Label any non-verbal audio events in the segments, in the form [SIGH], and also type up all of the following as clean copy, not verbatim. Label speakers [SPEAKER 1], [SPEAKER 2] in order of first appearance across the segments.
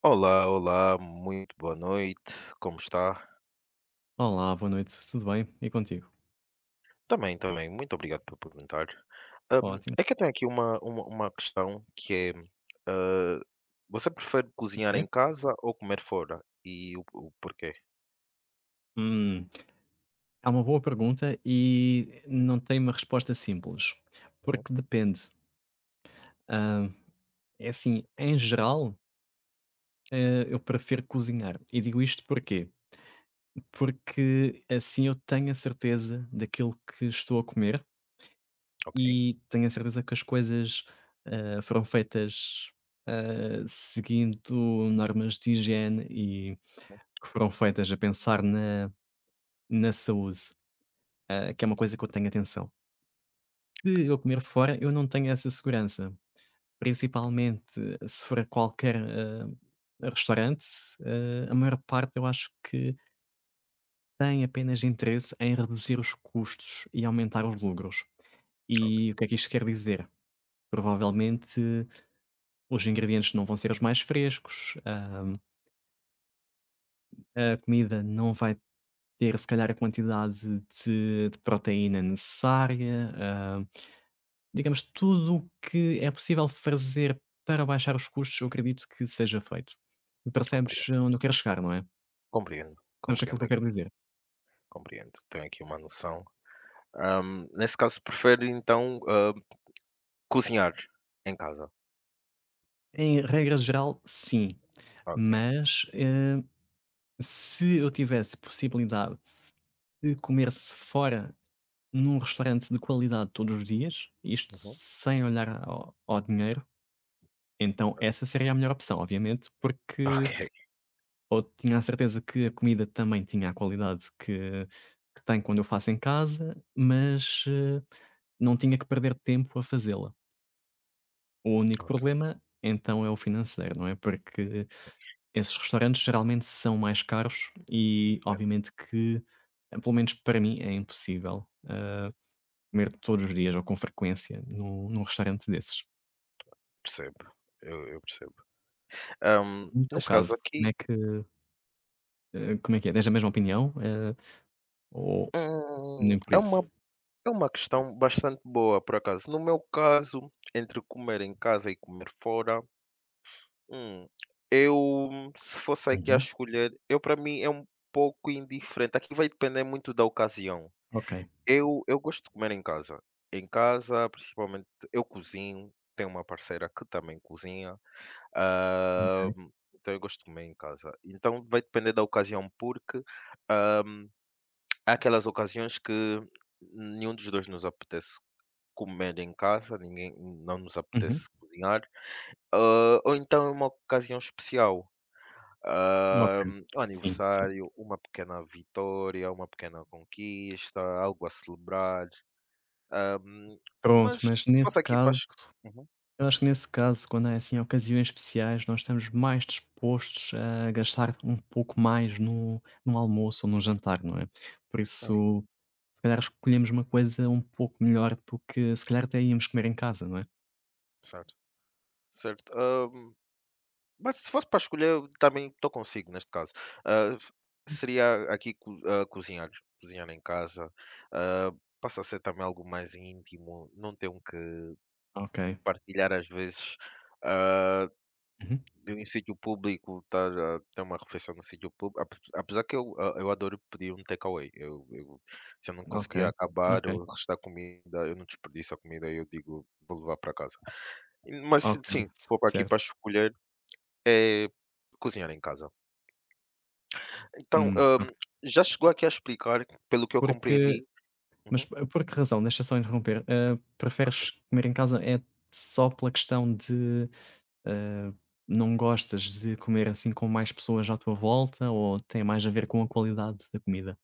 [SPEAKER 1] Olá, olá, muito boa noite, como está?
[SPEAKER 2] Olá, boa noite, tudo bem? E contigo?
[SPEAKER 1] Também, também, muito obrigado por perguntar. Hum,
[SPEAKER 2] Ótimo,
[SPEAKER 1] é que eu tenho aqui uma questão que é, ah, você prefere cozinhar
[SPEAKER 2] ok.
[SPEAKER 1] em casa ou comer fora? E o porquê?
[SPEAKER 2] Hum, É uma boa pergunta e não tem uma resposta simples,
[SPEAKER 1] Uhum,
[SPEAKER 2] porque depende. Ah, É assim, em geral, eu prefiro cozinhar. E digo isto porquê? Porque assim eu tenho a certeza daquilo que estou a comer
[SPEAKER 1] ok,
[SPEAKER 2] e tenho a certeza que as coisas foram feitas seguindo normas de higiene e
[SPEAKER 1] uhum,
[SPEAKER 2] que foram feitas a pensar na saúde. Que é uma coisa que eu tenho atenção. Se eu comer fora, eu não tenho essa segurança, principalmente se for a qualquer, restaurante, a maior parte eu acho que tem apenas interesse em reduzir os custos e aumentar os lucros.
[SPEAKER 1] ok,
[SPEAKER 2] E o que é que isto quer dizer? Provavelmente os ingredientes não vão ser os mais frescos, a comida não vai ter se calhar a quantidade de proteína necessária, Digamos, tudo o que é possível fazer para baixar os custos, eu acredito que seja feito.
[SPEAKER 1] compreendo,
[SPEAKER 2] Percebes onde eu quero chegar, não é?
[SPEAKER 1] compreendo,
[SPEAKER 2] Percebes aquilo
[SPEAKER 1] compreendo
[SPEAKER 2] que eu
[SPEAKER 1] aqui,
[SPEAKER 2] quero dizer?
[SPEAKER 1] compreendo, tenho aqui uma noção. Nesse caso, prefere então cozinhar em casa?
[SPEAKER 2] Em regra geral, sim.
[SPEAKER 1] Ok,
[SPEAKER 2] Mas, se eu tivesse possibilidade de comer-se fora num restaurante de qualidade todos os dias, isto
[SPEAKER 1] uhum,
[SPEAKER 2] sem olhar ao dinheiro, então essa seria a melhor opção, obviamente,
[SPEAKER 1] [LAUGHS]
[SPEAKER 2] porque
[SPEAKER 1] ok,
[SPEAKER 2] ou tinha a certeza que a comida também tinha a qualidade que tem quando eu faço em casa, mas, não tinha que perder tempo a fazê-la. O único
[SPEAKER 1] ok,
[SPEAKER 2] problema, então, é o financeiro, não é? Porque esses restaurantes geralmente são mais caros e obviamente que, pelo menos para mim, é impossível, comer todos os dias ou com frequência num restaurante desses.
[SPEAKER 1] percebo, eu percebo.
[SPEAKER 2] No teu
[SPEAKER 1] Neste caso
[SPEAKER 2] caso, como
[SPEAKER 1] aqui,
[SPEAKER 2] é que, como é que é? Tens a mesma opinião, ou
[SPEAKER 1] hum,
[SPEAKER 2] nem por
[SPEAKER 1] é
[SPEAKER 2] isso?
[SPEAKER 1] uma é uma questão bastante boa, por acaso. No meu caso, entre comer em casa e comer fora, hum, eu, se fosse aqui a
[SPEAKER 2] Uhum,
[SPEAKER 1] escolher, eu para mim é um pouco indiferente. Aqui vai depender muito da ocasião.
[SPEAKER 2] ok,
[SPEAKER 1] Eu gosto de comer em casa. Em casa, principalmente, eu cozinho. Tenho uma parceira que também cozinha.
[SPEAKER 2] ok.
[SPEAKER 1] Então eu gosto de comer em casa. Então vai depender da ocasião, porque há aquelas ocasiões que nenhum dos 2 nos apetece comer em casa, ninguém não nos
[SPEAKER 2] Uhum.
[SPEAKER 1] apetece cozinhar, ou então é uma ocasião especial,
[SPEAKER 2] Ok.
[SPEAKER 1] hã, um
[SPEAKER 2] Sim, sim.
[SPEAKER 1] aniversário, uma pequena vitória, uma pequena conquista, algo a celebrar. hã,
[SPEAKER 2] Pronto,
[SPEAKER 1] mas
[SPEAKER 2] mas
[SPEAKER 1] se fosse
[SPEAKER 2] nesse
[SPEAKER 1] aqui para as
[SPEAKER 2] caso
[SPEAKER 1] uhum,
[SPEAKER 2] eu acho que nesse caso, quando é, assim, ocasiões especiais, nós estamos mais dispostos a gastar um pouco mais no almoço ou no jantar, não é? Por
[SPEAKER 1] é,
[SPEAKER 2] isso, se calhar escolhemos uma coisa um pouco melhor do que se calhar até íamos comer em casa, não é?
[SPEAKER 1] certo, certo, mas se fosse para escolher, eu também estou consigo neste caso. Ah, f- seria aqui cozinhar, cozinhar em casa. ah, passa a ser também algo mais íntimo, não tenho que
[SPEAKER 2] Ok.
[SPEAKER 1] partilhar às vezes ah,
[SPEAKER 2] Uhum.
[SPEAKER 1] de um sítio público, estar a ter uma refeição no sítio público. Apesar que eu, eu adoro pedir um takeaway. Se eu não
[SPEAKER 2] Ok.
[SPEAKER 1] conseguir acabar
[SPEAKER 2] Ok.
[SPEAKER 1] ou restar comida, eu não desperdiço a comida, eu digo, vou levar para casa. Mas
[SPEAKER 2] Ok.
[SPEAKER 1] sim, se for aqui para
[SPEAKER 2] Certo.
[SPEAKER 1] escolher, é cozinhar em casa. Então,
[SPEAKER 2] Ok.
[SPEAKER 1] já chegou aqui a explicar, pelo que eu
[SPEAKER 2] Porque
[SPEAKER 1] compreendi uhum,
[SPEAKER 2] mas por que razão? Deixa só interromper.
[SPEAKER 1] ok.
[SPEAKER 2] Preferes comer em casa é só pela questão de Ah, não gostas de comer assim com mais pessoas à tua volta ou tem mais a ver com a qualidade da comida?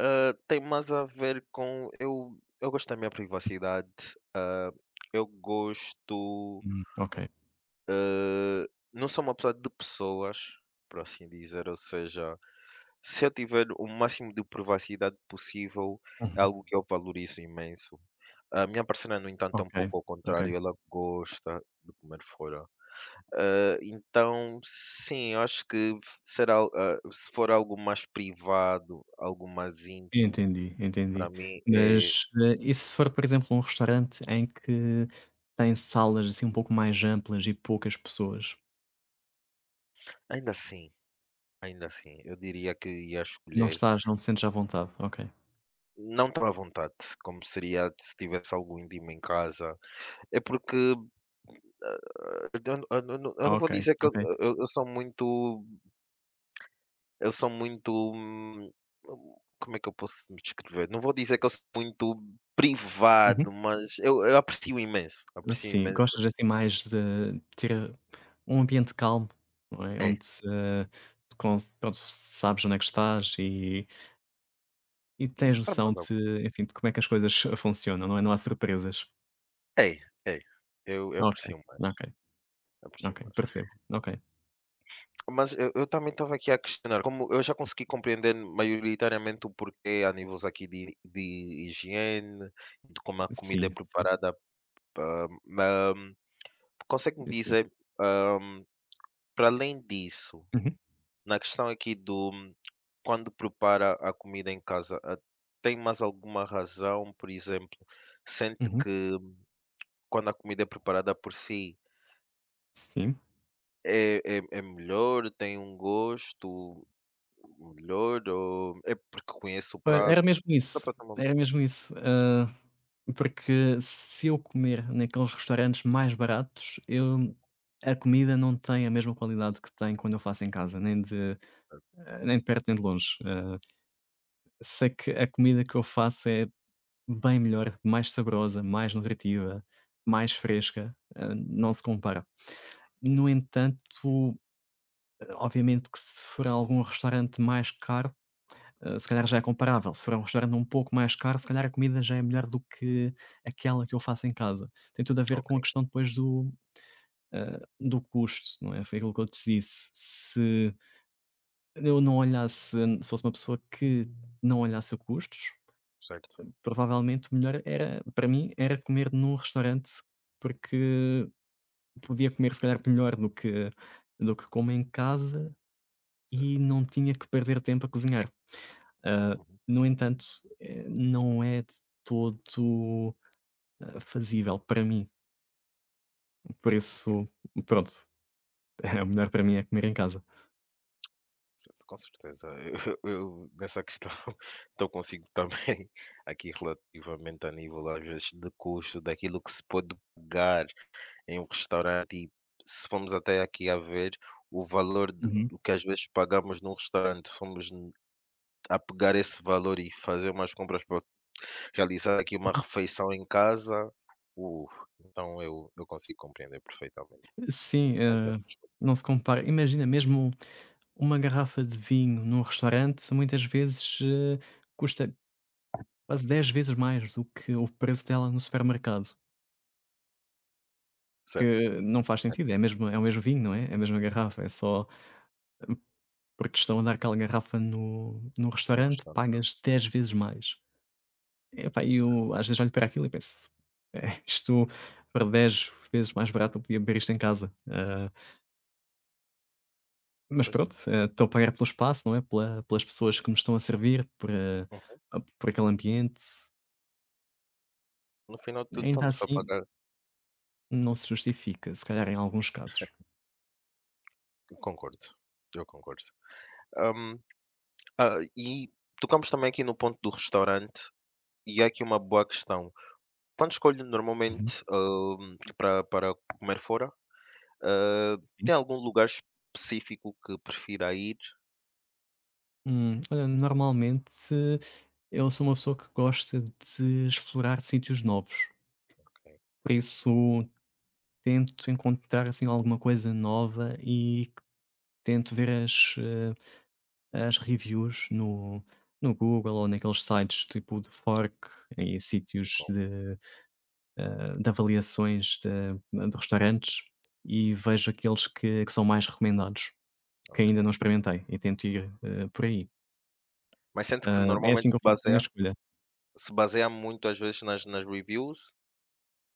[SPEAKER 1] Hã, tem mais a ver com eu gosto da minha privacidade, hã, eu gosto,
[SPEAKER 2] Ok.
[SPEAKER 1] hã, não sou uma pessoa de pessoas, por assim dizer, ou seja, se eu tiver o máximo de privacidade possível, é
[SPEAKER 2] Uhum.
[SPEAKER 1] algo que eu valorizo imenso. A minha parceira, no entanto, é um
[SPEAKER 2] Ok,
[SPEAKER 1] pouco ao
[SPEAKER 2] ok.
[SPEAKER 1] contrário, ela gosta de comer fora. Ah, então, sim, eu acho que será, se for algo mais privado, algo mais íntimo,
[SPEAKER 2] Entendi,
[SPEAKER 1] para
[SPEAKER 2] entendi.
[SPEAKER 1] mim é
[SPEAKER 2] Mas, e se for, por exemplo, um restaurante em que tem salas assim um pouco mais amplas e poucas pessoas?
[SPEAKER 1] ainda assim, ainda assim, eu diria que ia
[SPEAKER 2] Não
[SPEAKER 1] escolher.
[SPEAKER 2] estás não te sentes à vontade? Ok.
[SPEAKER 1] Não tão à vontade, como seria se tivesse algo íntimo em casa. É porque eu, eu não eu não vou
[SPEAKER 2] Ok,
[SPEAKER 1] dizer que eu,
[SPEAKER 2] ok.
[SPEAKER 1] eu- eu sou muito, eu sou muito, como é que eu posso me descrever? Não vou dizer que eu sou muito
[SPEAKER 2] Uhum.
[SPEAKER 1] privado, mas eu aprecio imenso, aprecio
[SPEAKER 2] Sim,
[SPEAKER 1] imenso.
[SPEAKER 2] gostas assim mais de ter um ambiente calmo, não é?
[SPEAKER 1] É,
[SPEAKER 2] Onde, cons pronto, sabes onde é que estás e E
[SPEAKER 1] e
[SPEAKER 2] tens
[SPEAKER 1] para
[SPEAKER 2] noção
[SPEAKER 1] mais Parmalat
[SPEAKER 2] de, enfim, de como é que as coisas funcionam, não é? Não há surpresas.
[SPEAKER 1] é, é. Eu
[SPEAKER 2] Ok,
[SPEAKER 1] aprecio mais,
[SPEAKER 2] ok,
[SPEAKER 1] aprecio
[SPEAKER 2] ok,
[SPEAKER 1] mais.
[SPEAKER 2] percebo. Ok.
[SPEAKER 1] Mas eu também estava aqui a questionar, como eu já consegui compreender maioritariamente o porquê a níveis aqui de higiene, de como a comida é
[SPEAKER 2] Sim, sim,
[SPEAKER 1] preparada para ma consegue-me
[SPEAKER 2] sim.
[SPEAKER 1] dizer, hã, para além disso,
[SPEAKER 2] Uhum,
[SPEAKER 1] na questão aqui do quando prepara a comida em casa, tem mais alguma razão, por exemplo, sente
[SPEAKER 2] uhum,
[SPEAKER 1] que quando a comida é preparada por si
[SPEAKER 2] sim.
[SPEAKER 1] é é melhor, tem um gosto melhor ou é porque conheço o
[SPEAKER 2] Pois,
[SPEAKER 1] prato?
[SPEAKER 2] era mesmo
[SPEAKER 1] Só
[SPEAKER 2] isso,
[SPEAKER 1] para ter uma
[SPEAKER 2] era mesmo isso. Porque se eu comer naqueles restaurantes mais baratos, eu a comida não tem a mesma qualidade que tem quando eu faço em casa, nem de nem de perto nem de longe. Sei que a comida que eu faço é Bem melhor, mais saborosa, mais nutritiva, mais fresca, não se compara.
[SPEAKER 1] uhum,
[SPEAKER 2] No entanto, obviamente que se for a algum restaurante mais caro, se calhar já é comparável, se for a um restaurante um pouco mais caro, se calhar a comida já é melhor do que aquela que eu faço em casa. Tem tudo a ver
[SPEAKER 1] ok,
[SPEAKER 2] com a questão depois do, do custo, não é, foi aquilo que eu te disse, se eu não olhasse se fosse uma pessoa que não olhasse a custos,
[SPEAKER 1] certo,
[SPEAKER 2] Provavelmente o melhor era para mim, era comer num restaurante, porque podia comer se calhar melhor do que como em casa
[SPEAKER 1] certo.
[SPEAKER 2] e não tinha que perder tempo a cozinhar. Ah,
[SPEAKER 1] Uhum.
[SPEAKER 2] no entanto, não é de todo, fazível para mim, por isso,
[SPEAKER 1] Compreendo,
[SPEAKER 2] pronto, [LAUGHS] é, o melhor para mim é comer em casa.
[SPEAKER 1] certo, com certeza. [LAUGHS] Eu eu nessa questão [LAUGHS] então consigo também [LAUGHS] aqui relativamente a nível, às vezes, de custo daquilo que se pode pagar em um restaurante e se formos até aqui a ver o valor de
[SPEAKER 2] Uhum.
[SPEAKER 1] do que às vezes pagamos num restaurante, a pegar esse valor e fazer umas compras para realizar aqui uma refeição em casa, uh, então eu consigo compreender perfeitamente.
[SPEAKER 2] Sim,
[SPEAKER 1] Aqui é
[SPEAKER 2] não se compara. Imagina mesmo uma garrafa de vinho num restaurante, muitas vezes, custa quase 10 vezes mais do que o preço dela no supermercado,
[SPEAKER 1] certo,
[SPEAKER 2] que não faz
[SPEAKER 1] é,
[SPEAKER 2] sentido, é mesmo é o mesmo vinho, não é? É a mesma garrafa, é só porque estão a dar aquela garrafa no
[SPEAKER 1] num
[SPEAKER 2] restaurante,
[SPEAKER 1] restaurante,
[SPEAKER 2] pagas 10 vezes mais. Epá, e eu às vezes olho para aquilo e penso: "É, isto para 10 vezes mais barato eu podia beber isto em casa". Mas
[SPEAKER 1] pois é.
[SPEAKER 2] pronto, estou a pagar pelo espaço, não é, pela pelas pessoas que me estão a servir, por,
[SPEAKER 1] Uhum.
[SPEAKER 2] a por aquele ambiente.
[SPEAKER 1] No final de tudo
[SPEAKER 2] Ainda
[SPEAKER 1] estamos a
[SPEAKER 2] assim,
[SPEAKER 1] pagar.
[SPEAKER 2] não se justifica, se calhar em alguns casos.
[SPEAKER 1] Eu concordo, eu concordo. Hum, e tocamos também aqui no ponto do restaurante, e é aqui uma boa questão. Quando escolhe
[SPEAKER 2] Uhum,
[SPEAKER 1] normalmente, para comer fora, ah,
[SPEAKER 2] sim.
[SPEAKER 1] tem algum lugar específico que prefira ir?
[SPEAKER 2] Olha, normalmente eu sou uma pessoa que gosta de explorar sítios novos,
[SPEAKER 1] Ok,
[SPEAKER 2] por isso tento encontrar, assim, alguma coisa nova e tento ver as, as reviews no Google ou naqueles sites tipo de fork em sítios
[SPEAKER 1] bom,
[SPEAKER 2] de avaliações de restaurantes e vejo aqueles que são mais recomendados, que ainda não
[SPEAKER 1] ok.
[SPEAKER 2] experimentei e tento ir por aí.
[SPEAKER 1] Mas sente que
[SPEAKER 2] É
[SPEAKER 1] normalmente
[SPEAKER 2] assim que eu faço a minha
[SPEAKER 1] baseia
[SPEAKER 2] escolha.
[SPEAKER 1] se baseia muito às vezes nas nas reviews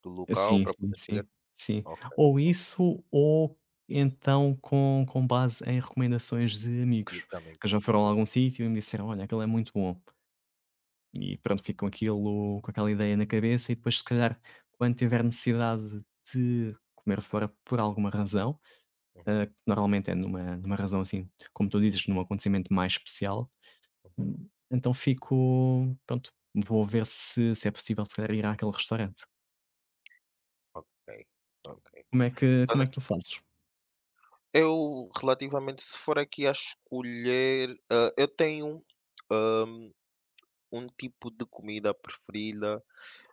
[SPEAKER 1] do local
[SPEAKER 2] Sim,
[SPEAKER 1] para
[SPEAKER 2] sim,
[SPEAKER 1] poder escolher?
[SPEAKER 2] sim, sim.
[SPEAKER 1] Ok,
[SPEAKER 2] Ou isso, ou então com base em recomendações de
[SPEAKER 1] e
[SPEAKER 2] amigos
[SPEAKER 1] também
[SPEAKER 2] que já foram a
[SPEAKER 1] gosto.
[SPEAKER 2] algum sítio e me disseram: Olha, aquilo é muito bom. E pronto, fico com aquilo, com aquela ideia na cabeça. E depois, se calhar, quando tiver necessidade de comer fora por alguma razão,
[SPEAKER 1] Uhum,
[SPEAKER 2] Normalmente é numa razão assim, como tu dizes, num acontecimento mais especial.
[SPEAKER 1] uhum.
[SPEAKER 2] Então fico pronto, vou ver se é possível se calhar ir àquele restaurante.
[SPEAKER 1] Ok, ok.
[SPEAKER 2] Como
[SPEAKER 1] Olha,
[SPEAKER 2] é que tu fazes?
[SPEAKER 1] eu relativamente se for aqui a escolher, eu tenho um um tipo de comida preferida.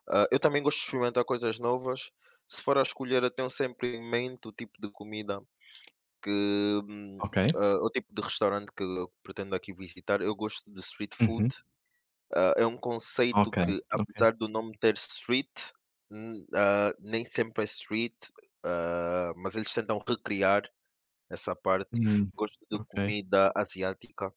[SPEAKER 1] Eu também gosto de experimentar coisas novas. Se for a escolher, eu tenho sempre em mente o tipo de comida que, hum,
[SPEAKER 2] Ok.
[SPEAKER 1] o tipo de restaurante que eu pretendo aqui visitar. Eu gosto de street food.
[SPEAKER 2] Uhum.
[SPEAKER 1] Ah, é um conceito
[SPEAKER 2] Ok,
[SPEAKER 1] que,
[SPEAKER 2] ok.
[SPEAKER 1] apesar do nome ter street, nem sempre é street, mas eles tentam recriar essa parte.
[SPEAKER 2] Hum.
[SPEAKER 1] Gosto de
[SPEAKER 2] Ok,
[SPEAKER 1] comida asiática,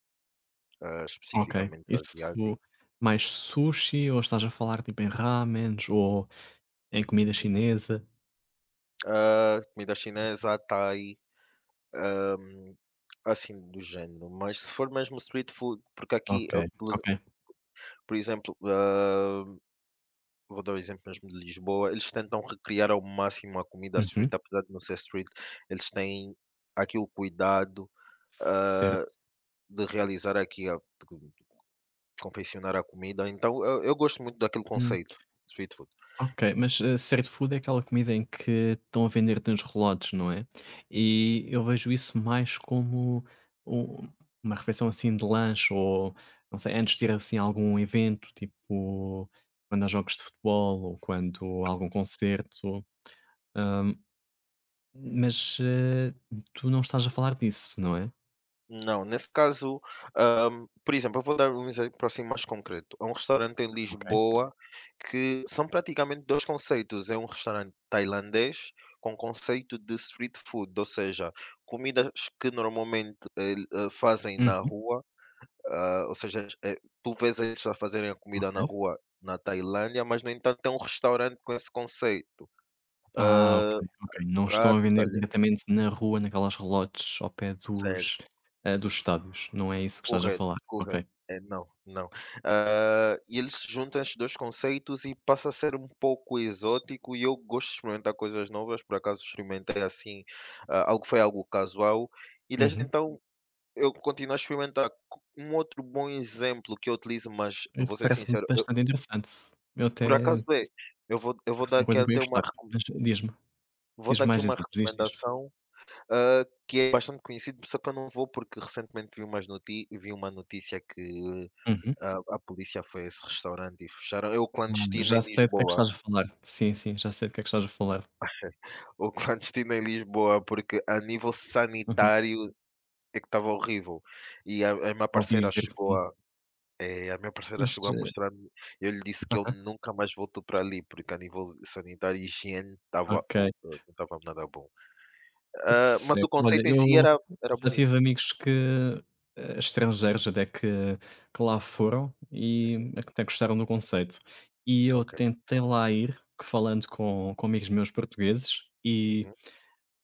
[SPEAKER 2] ok.
[SPEAKER 1] especificamente asiática.
[SPEAKER 2] Isso mais sushi ou estás a falar tipo em ramens ou em comida chinesa?
[SPEAKER 1] Ah, comida chinesa, Thai, hum, assim do género. Mas se for mesmo street food, porque aqui,
[SPEAKER 2] Ok, ok.
[SPEAKER 1] por exemplo, vou dar o exemplo mesmo de Lisboa. Eles tentam recriar ao máximo a comida street,
[SPEAKER 2] Uhum.
[SPEAKER 1] apesar de não ser street, eles têm aqui o cuidado
[SPEAKER 2] Certo.
[SPEAKER 1] de realizar aqui a de confeccionar a comida. Então eu gosto muito daquele conceito, street food.
[SPEAKER 2] Ok, mas, street food é aquela comida em que estão a vender-te uns relotes, não é? E eu vejo isso mais como u uma refeição, assim, de lanche ou, não sei, antes de ir, assim, a algum evento, tipo, quando há jogos de futebol ou quando há algum concerto, hã, mas, tu não estás a falar disso, não é?
[SPEAKER 1] Não, nesse caso, por exemplo, eu vou dar um exemplo assim mais concreto. Há um restaurante em
[SPEAKER 2] Ok.
[SPEAKER 1] Lisboa que são praticamente 2 conceitos. É um restaurante tailandês com conceito de street food, ou seja, comidas que normalmente, fazem na
[SPEAKER 2] Uhum,
[SPEAKER 1] rua, ou seja, tu vês eles a fazerem a comida na
[SPEAKER 2] ok.
[SPEAKER 1] rua na Tailândia, mas no entanto é um restaurante com esse conceito.
[SPEAKER 2] Ah, ok,
[SPEAKER 1] Hã,
[SPEAKER 2] ok. Não estão a
[SPEAKER 1] pratos,
[SPEAKER 2] vender
[SPEAKER 1] talhe
[SPEAKER 2] diretamente na rua, naquelas relotes ao pé dos,
[SPEAKER 1] certo.
[SPEAKER 2] dos estádios. Não é isso que estás a
[SPEAKER 1] Correto,
[SPEAKER 2] falar.
[SPEAKER 1] correto.
[SPEAKER 2] Ok.
[SPEAKER 1] É, não, não. Ah, e eles juntam estes 2 conceitos e passa a ser um pouco exótico e eu gosto de experimentar coisas novas, por acaso experimentei assim, algo foi algo casual e desde
[SPEAKER 2] Uhum.
[SPEAKER 1] então eu continuo a experimentar. Co um outro bom exemplo que eu utilizo, mas
[SPEAKER 2] Isso
[SPEAKER 1] vou ser
[SPEAKER 2] parece-me
[SPEAKER 1] sincero, eu
[SPEAKER 2] bastante interessante. Eu
[SPEAKER 1] por acaso
[SPEAKER 2] até
[SPEAKER 1] é, eu vou
[SPEAKER 2] parece
[SPEAKER 1] dar
[SPEAKER 2] uma
[SPEAKER 1] aqui
[SPEAKER 2] coisa que eu ia
[SPEAKER 1] até uma
[SPEAKER 2] gostar.
[SPEAKER 1] recome
[SPEAKER 2] Mas diz-me,
[SPEAKER 1] vou dar
[SPEAKER 2] diz-me
[SPEAKER 1] aqui
[SPEAKER 2] mais
[SPEAKER 1] uma
[SPEAKER 2] exemplos. Diz, diz.
[SPEAKER 1] recomendação, que é bastante conhecido, só que eu não vou porque recentemente vi umas noti vi uma notícia que
[SPEAKER 2] Uhum.
[SPEAKER 1] a polícia foi a esse restaurante e fecharam é o
[SPEAKER 2] Ah,
[SPEAKER 1] Clandestino
[SPEAKER 2] já
[SPEAKER 1] em
[SPEAKER 2] sei do que é que
[SPEAKER 1] Lisboa,
[SPEAKER 2] estás a falar. Sim, sim, já sei do que é que estás a falar.
[SPEAKER 1] o [LAUGHS] Clandestino em Lisboa, porque a nível
[SPEAKER 2] Uhum.
[SPEAKER 1] sanitário é que estava horrível. E a minha
[SPEAKER 2] Ouvi
[SPEAKER 1] parceira
[SPEAKER 2] dizer que
[SPEAKER 1] chegou
[SPEAKER 2] sim.
[SPEAKER 1] a a minha parceira
[SPEAKER 2] Mas,
[SPEAKER 1] chegou a mostrar-me. Eu lhe disse que eu
[SPEAKER 2] aham,
[SPEAKER 1] nunca mais volto para ali, porque a nível sanitário e higiene
[SPEAKER 2] ok.
[SPEAKER 1] não estava nada bom. Ah, mas o
[SPEAKER 2] Certo. Olha,
[SPEAKER 1] conceito em si
[SPEAKER 2] eu
[SPEAKER 1] era era
[SPEAKER 2] já
[SPEAKER 1] bonito.
[SPEAKER 2] tive amigos que, estrangeiros até que lá foram e até gostaram do conceito. E eu
[SPEAKER 1] Ok.
[SPEAKER 2] tentei lá ir, que falando com amigos meus portugueses, e
[SPEAKER 1] Uhum.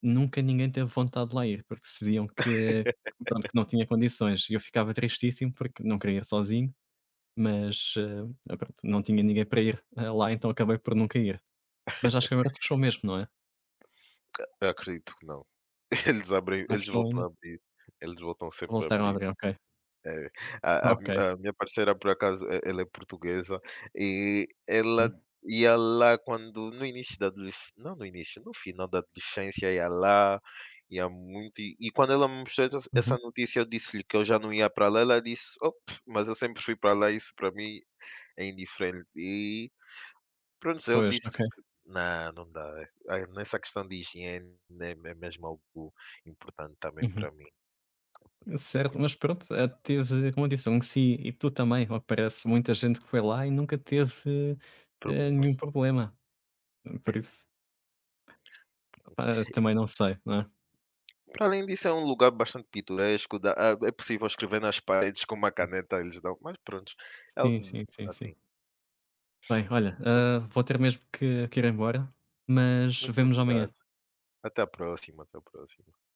[SPEAKER 2] nunca ninguém teve vontade de lá ir, porque diziam que,
[SPEAKER 1] [LAUGHS]
[SPEAKER 2] pronto, que não tinha condições. E eu ficava tristíssimo porque não queria ir sozinho, mas, pronto, não tinha ninguém para ir, lá, então acabei por nunca ir. Mas acho que agora fechou mesmo, não é?
[SPEAKER 1] Eu acredito que não. [LAUGHS] Eles abrem
[SPEAKER 2] Não
[SPEAKER 1] eles
[SPEAKER 2] fechou
[SPEAKER 1] voltam
[SPEAKER 2] ainda?
[SPEAKER 1] a abrir, eles voltam sempre a
[SPEAKER 2] Voltaram a
[SPEAKER 1] abrir.
[SPEAKER 2] abrir, ok.
[SPEAKER 1] É, a
[SPEAKER 2] Ok.
[SPEAKER 1] a minha parceira, por acaso, e ela é portuguesa e ela
[SPEAKER 2] Uhum.
[SPEAKER 1] ia lá quando no início da adolesc não no início, no final da adolescência ia lá, ia muito e quando ela me mostrou essa essa
[SPEAKER 2] Uhum.
[SPEAKER 1] notícia, eu disse-lhe que eu já não ia para lá, ela disse: "Oh, pff, mas eu sempre fui para lá, isso para mim é indiferente". E pronto, eu
[SPEAKER 2] Pois,
[SPEAKER 1] disse:
[SPEAKER 2] ok.
[SPEAKER 1] "Não, não dá, ai, nessa questão de higiene é mesmo algo importante também
[SPEAKER 2] Uhum.
[SPEAKER 1] para mim, é
[SPEAKER 2] Certo,
[SPEAKER 1] muito
[SPEAKER 2] mas pronto, teve, como eu disse, um si e tu também, ao que parece, muita gente que foi lá e nunca teve, nenhum
[SPEAKER 1] problemas".
[SPEAKER 2] problema. Por isso,
[SPEAKER 1] É.
[SPEAKER 2] opá, também não sei, não é?
[SPEAKER 1] Para além disso, é um lugar bastante pitoresco, dá é possível escrever nas paredes com uma caneta, eles dão mas pronto, é
[SPEAKER 2] Sim,
[SPEAKER 1] algo
[SPEAKER 2] sim, sim, sim.
[SPEAKER 1] assim.
[SPEAKER 2] Bem, olha, vou ter mesmo que ir embora, mas
[SPEAKER 1] Muito
[SPEAKER 2] vemos amanhã.
[SPEAKER 1] obrigado, até a próxima, até a próxima.